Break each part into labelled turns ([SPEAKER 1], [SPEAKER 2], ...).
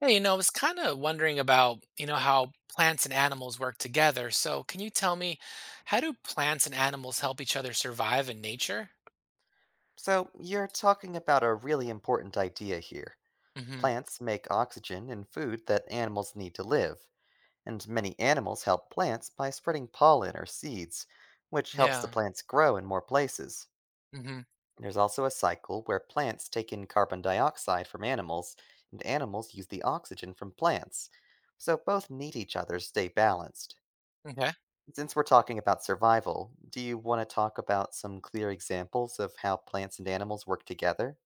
[SPEAKER 1] Hey, I was kind of wondering about, how plants and animals work together. So, can you tell me, how do plants and animals help each other survive in nature?
[SPEAKER 2] So, you're talking about a really important idea here.
[SPEAKER 1] Mm-hmm.
[SPEAKER 2] Plants make oxygen and food that animals need to live, and many animals help plants by spreading pollen or seeds, which helps the
[SPEAKER 1] Yeah.
[SPEAKER 2] plants grow in more places.
[SPEAKER 1] Mm-hmm.
[SPEAKER 2] There's also a cycle where plants take in carbon dioxide from animals, and animals use the oxygen from plants. So, both need each other to stay balanced.
[SPEAKER 1] Okay.
[SPEAKER 2] Since we're talking about survival, do you want to talk about some clear examples of how plants and animals work together?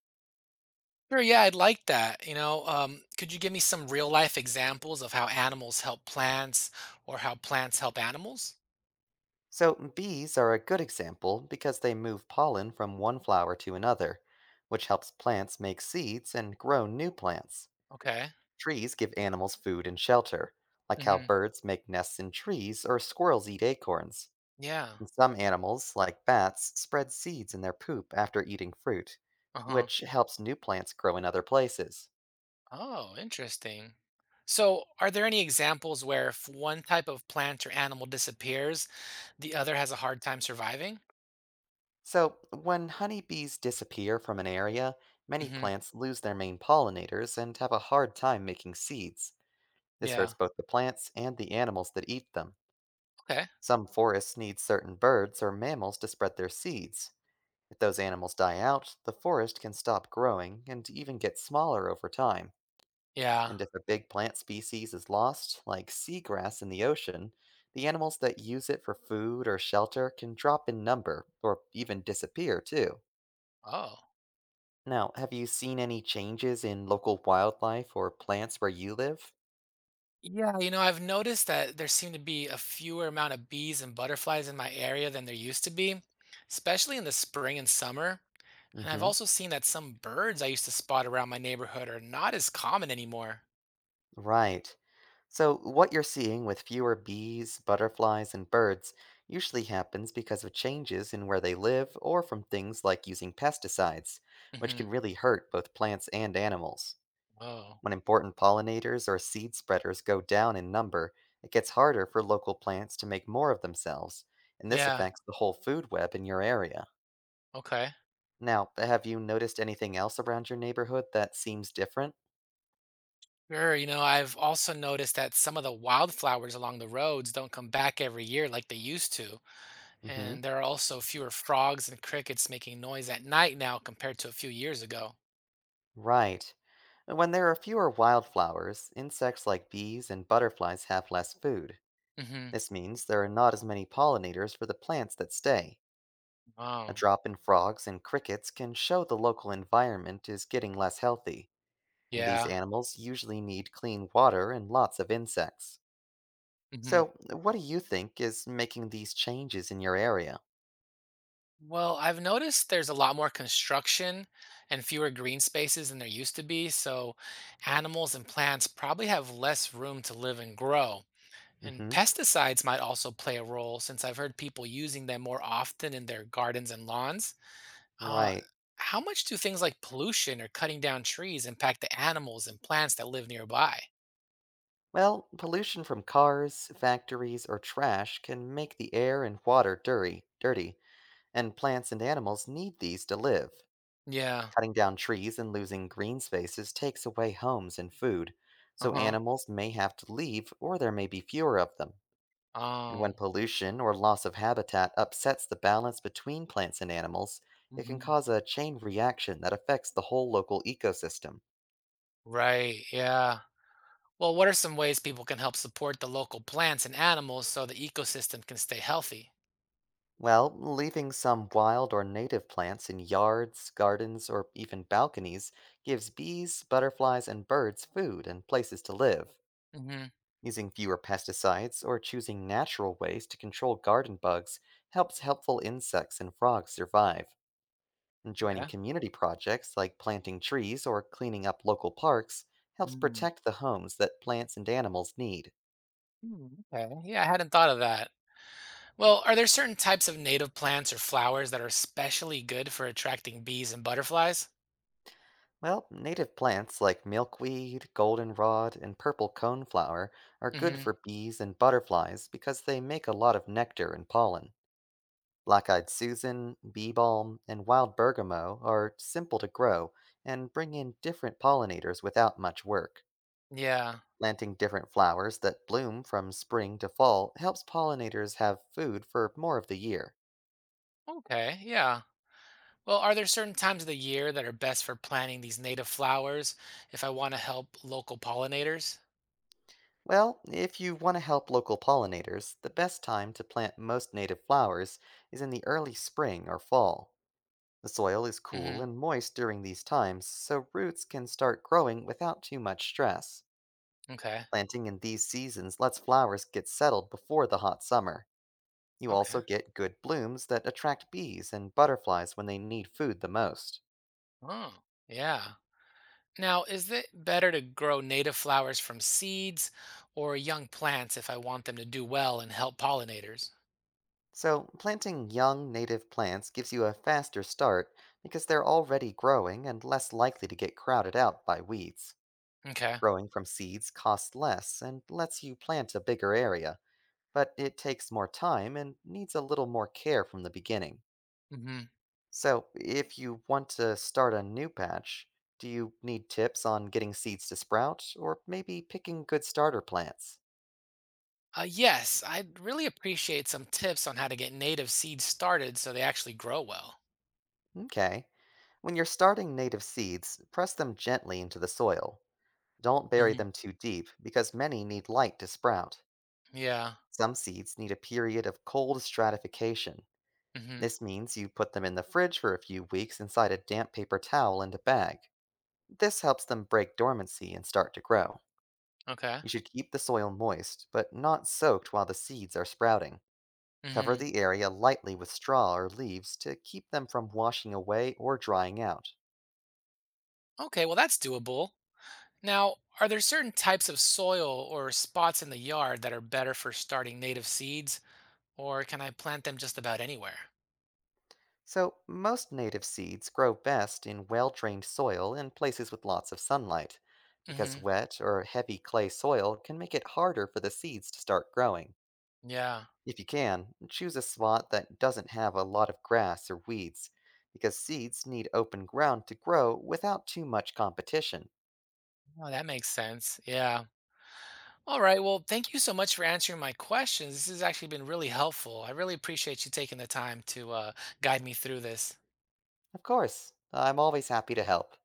[SPEAKER 1] Sure. Yeah, I'd like that. Could you give me some real life examples of how animals help plants or how plants help animals?
[SPEAKER 2] So, bees are a good example because they move pollen from one flower to another, which helps plants make seeds and grow new plants.
[SPEAKER 1] Okay.
[SPEAKER 2] Trees give animals food and shelter, like how
[SPEAKER 1] Mm-hmm.
[SPEAKER 2] birds make nests in trees or squirrels eat acorns.
[SPEAKER 1] Yeah.
[SPEAKER 2] And some animals, like bats, spread seeds in their poop after eating fruit,
[SPEAKER 1] Uh-huh.
[SPEAKER 2] which helps new plants grow in other places.
[SPEAKER 1] Oh, interesting. So, are there any examples where if one type of plant or animal disappears, the other has a hard time surviving?
[SPEAKER 2] So, when honeybees disappear from an area, many
[SPEAKER 1] Hmm.
[SPEAKER 2] plants lose their main pollinators and have a hard time making seeds. This
[SPEAKER 1] Yeah.
[SPEAKER 2] hurts both the plants and the animals that eat them.
[SPEAKER 1] Okay.
[SPEAKER 2] Some forests need certain birds or mammals to spread their seeds. If those animals die out, the forest can stop growing and even get smaller over time.
[SPEAKER 1] Yeah.
[SPEAKER 2] And if a big plant species is lost, like seagrass in the ocean, the animals that use it for food or shelter can drop in number or even disappear too.
[SPEAKER 1] Oh.
[SPEAKER 2] Now, have you seen any changes in local wildlife or plants where you live?
[SPEAKER 1] Yeah, I've noticed that there seem to be a fewer amount of bees and butterflies in my area than there used to be, especially in the spring and summer.
[SPEAKER 2] Mm
[SPEAKER 1] And I've
[SPEAKER 2] hmm.
[SPEAKER 1] also seen that some birds I used to spot around my neighborhood are not as common anymore.
[SPEAKER 2] Right. So, what you're seeing with fewer bees, butterflies, and birds usually happens because of changes in where they live or from things like using pesticides, which
[SPEAKER 1] Hmm.
[SPEAKER 2] can really hurt both plants and animals.
[SPEAKER 1] Oh.
[SPEAKER 2] When important pollinators or seed spreaders go down in number, it gets harder for local plants to make more of themselves, and this
[SPEAKER 1] Yeah.
[SPEAKER 2] affects the whole food web in your area.
[SPEAKER 1] Okay.
[SPEAKER 2] Now, have you noticed anything else around your neighborhood that seems different?
[SPEAKER 1] Sure, I've also noticed that some of the wildflowers along the roads don't come back every year like they used to.
[SPEAKER 2] Mm hmm.
[SPEAKER 1] And there are also fewer frogs and crickets making noise at night now compared to a few years ago.
[SPEAKER 2] Right. When there are fewer wildflowers, insects like bees and butterflies have less food.
[SPEAKER 1] Mm-hmm.
[SPEAKER 2] This means there are not as many pollinators for the plants that stay. A
[SPEAKER 1] Oh,
[SPEAKER 2] drop in frogs and crickets can show the local environment is getting less healthy, and these
[SPEAKER 1] yeah.
[SPEAKER 2] animals usually need clean water and lots of insects.
[SPEAKER 1] Mm-hmm.
[SPEAKER 2] So, what do you think is making these changes in your area?
[SPEAKER 1] Well, I've noticed there's a lot more construction and fewer green spaces than there used to be, so animals and plants probably have less room to live and grow. And
[SPEAKER 2] Hmm.
[SPEAKER 1] pesticides might also play a role since I've heard people using them more often in their gardens and lawns. Uh,
[SPEAKER 2] Right.
[SPEAKER 1] how much do things like pollution or cutting down trees impact the animals and plants that live nearby?
[SPEAKER 2] Well, pollution from cars, factories, or trash can make the air and water dirty. And plants and animals need these to live.
[SPEAKER 1] Yeah.
[SPEAKER 2] Cutting down trees and losing green spaces takes away homes and food, so
[SPEAKER 1] Uh-huh.
[SPEAKER 2] animals may have to leave or there may be fewer of them. And when
[SPEAKER 1] Oh.
[SPEAKER 2] pollution or loss of habitat upsets the balance between plants and animals, it can
[SPEAKER 1] Mhm.
[SPEAKER 2] cause a chain reaction that affects the whole local ecosystem.
[SPEAKER 1] Right. Yeah. Well, what are some ways people can help support the local plants and animals so the ecosystem can stay healthy?
[SPEAKER 2] Well, leaving some wild or native plants in yards, gardens, or even balconies gives bees, butterflies, and birds food and places to live.
[SPEAKER 1] Mm-hmm.
[SPEAKER 2] Using fewer pesticides or choosing natural ways to control garden bugs helps helpful insects and frogs survive. And joining
[SPEAKER 1] Yeah.
[SPEAKER 2] community projects like planting trees or cleaning up local parks helps
[SPEAKER 1] Mm.
[SPEAKER 2] protect the homes that plants and animals need.
[SPEAKER 1] Hmm. Okay. Yeah, I hadn't thought of that. Well, are there certain types of native plants or flowers that are especially good for attracting bees and butterflies?
[SPEAKER 2] Well, native plants like milkweed, goldenrod, and purple coneflower are good
[SPEAKER 1] Mm-hmm.
[SPEAKER 2] for bees and butterflies because they make a lot of nectar and pollen. Black eyed Susan, bee balm, and wild bergamot are simple to grow and bring in different pollinators without much work.
[SPEAKER 1] Yeah.
[SPEAKER 2] Planting different flowers that bloom from spring to fall helps pollinators have food for more of the year.
[SPEAKER 1] Okay. Yeah. Well, are there certain times of the year that are best for planting these native flowers if I want to help local pollinators?
[SPEAKER 2] Well, if you want to help local pollinators, the best time to plant most native flowers is in the early spring or fall. The soil is cool
[SPEAKER 1] Hmm.
[SPEAKER 2] and moist during these times, so roots can start growing without too much stress.
[SPEAKER 1] Okay.
[SPEAKER 2] Planting in these seasons lets flowers get settled before the hot summer. You
[SPEAKER 1] Okay.
[SPEAKER 2] also get good blooms that attract bees and butterflies when they need food the most.
[SPEAKER 1] Oh, yeah. Now, is it better to grow native flowers from seeds or young plants if I want them to do well and help pollinators?
[SPEAKER 2] So, planting young native plants gives you a faster start because they're already growing and less likely to get crowded out by weeds.
[SPEAKER 1] Okay.
[SPEAKER 2] Growing from seeds costs less and lets you plant a bigger area, but it takes more time and needs a little more care from the beginning.
[SPEAKER 1] Hmm.
[SPEAKER 2] So, if you want to start a new patch, do you need tips on getting seeds to sprout or maybe picking good starter plants?
[SPEAKER 1] Yes, I'd really appreciate some tips on how to get native seeds started so they actually grow well.
[SPEAKER 2] Okay. When you're starting native seeds, press them gently into the soil. Don't bury
[SPEAKER 1] Hmm.
[SPEAKER 2] them too deep because many need light to sprout.
[SPEAKER 1] Yeah.
[SPEAKER 2] Some seeds need a period of cold stratification.
[SPEAKER 1] Hmm.
[SPEAKER 2] This means you put them in the fridge for a few weeks inside a damp paper towel and a bag. This helps them break dormancy and start to grow.
[SPEAKER 1] Okay.
[SPEAKER 2] You should keep the soil moist, but not soaked while the seeds are sprouting. Cover
[SPEAKER 1] Hmm.
[SPEAKER 2] the area lightly with straw or leaves to keep them from washing away or drying out.
[SPEAKER 1] Okay, well, that's doable. Now, are there certain types of soil or spots in the yard that are better for starting native seeds, or can I plant them just about anywhere?
[SPEAKER 2] So, most native seeds grow best in well drained soil in places with lots of sunlight,
[SPEAKER 1] Hmm.
[SPEAKER 2] because wet or heavy clay soil can make it harder for the seeds to start growing.
[SPEAKER 1] Yeah.
[SPEAKER 2] If you can, choose a spot that doesn't have a lot of grass or weeds, because seeds need open ground to grow without too much competition.
[SPEAKER 1] Oh, that makes sense. Yeah. All right. Well, thank you so much for answering my questions. This has actually been really helpful. I really appreciate you taking the time to guide me through this.
[SPEAKER 2] Of course, I'm always happy to help.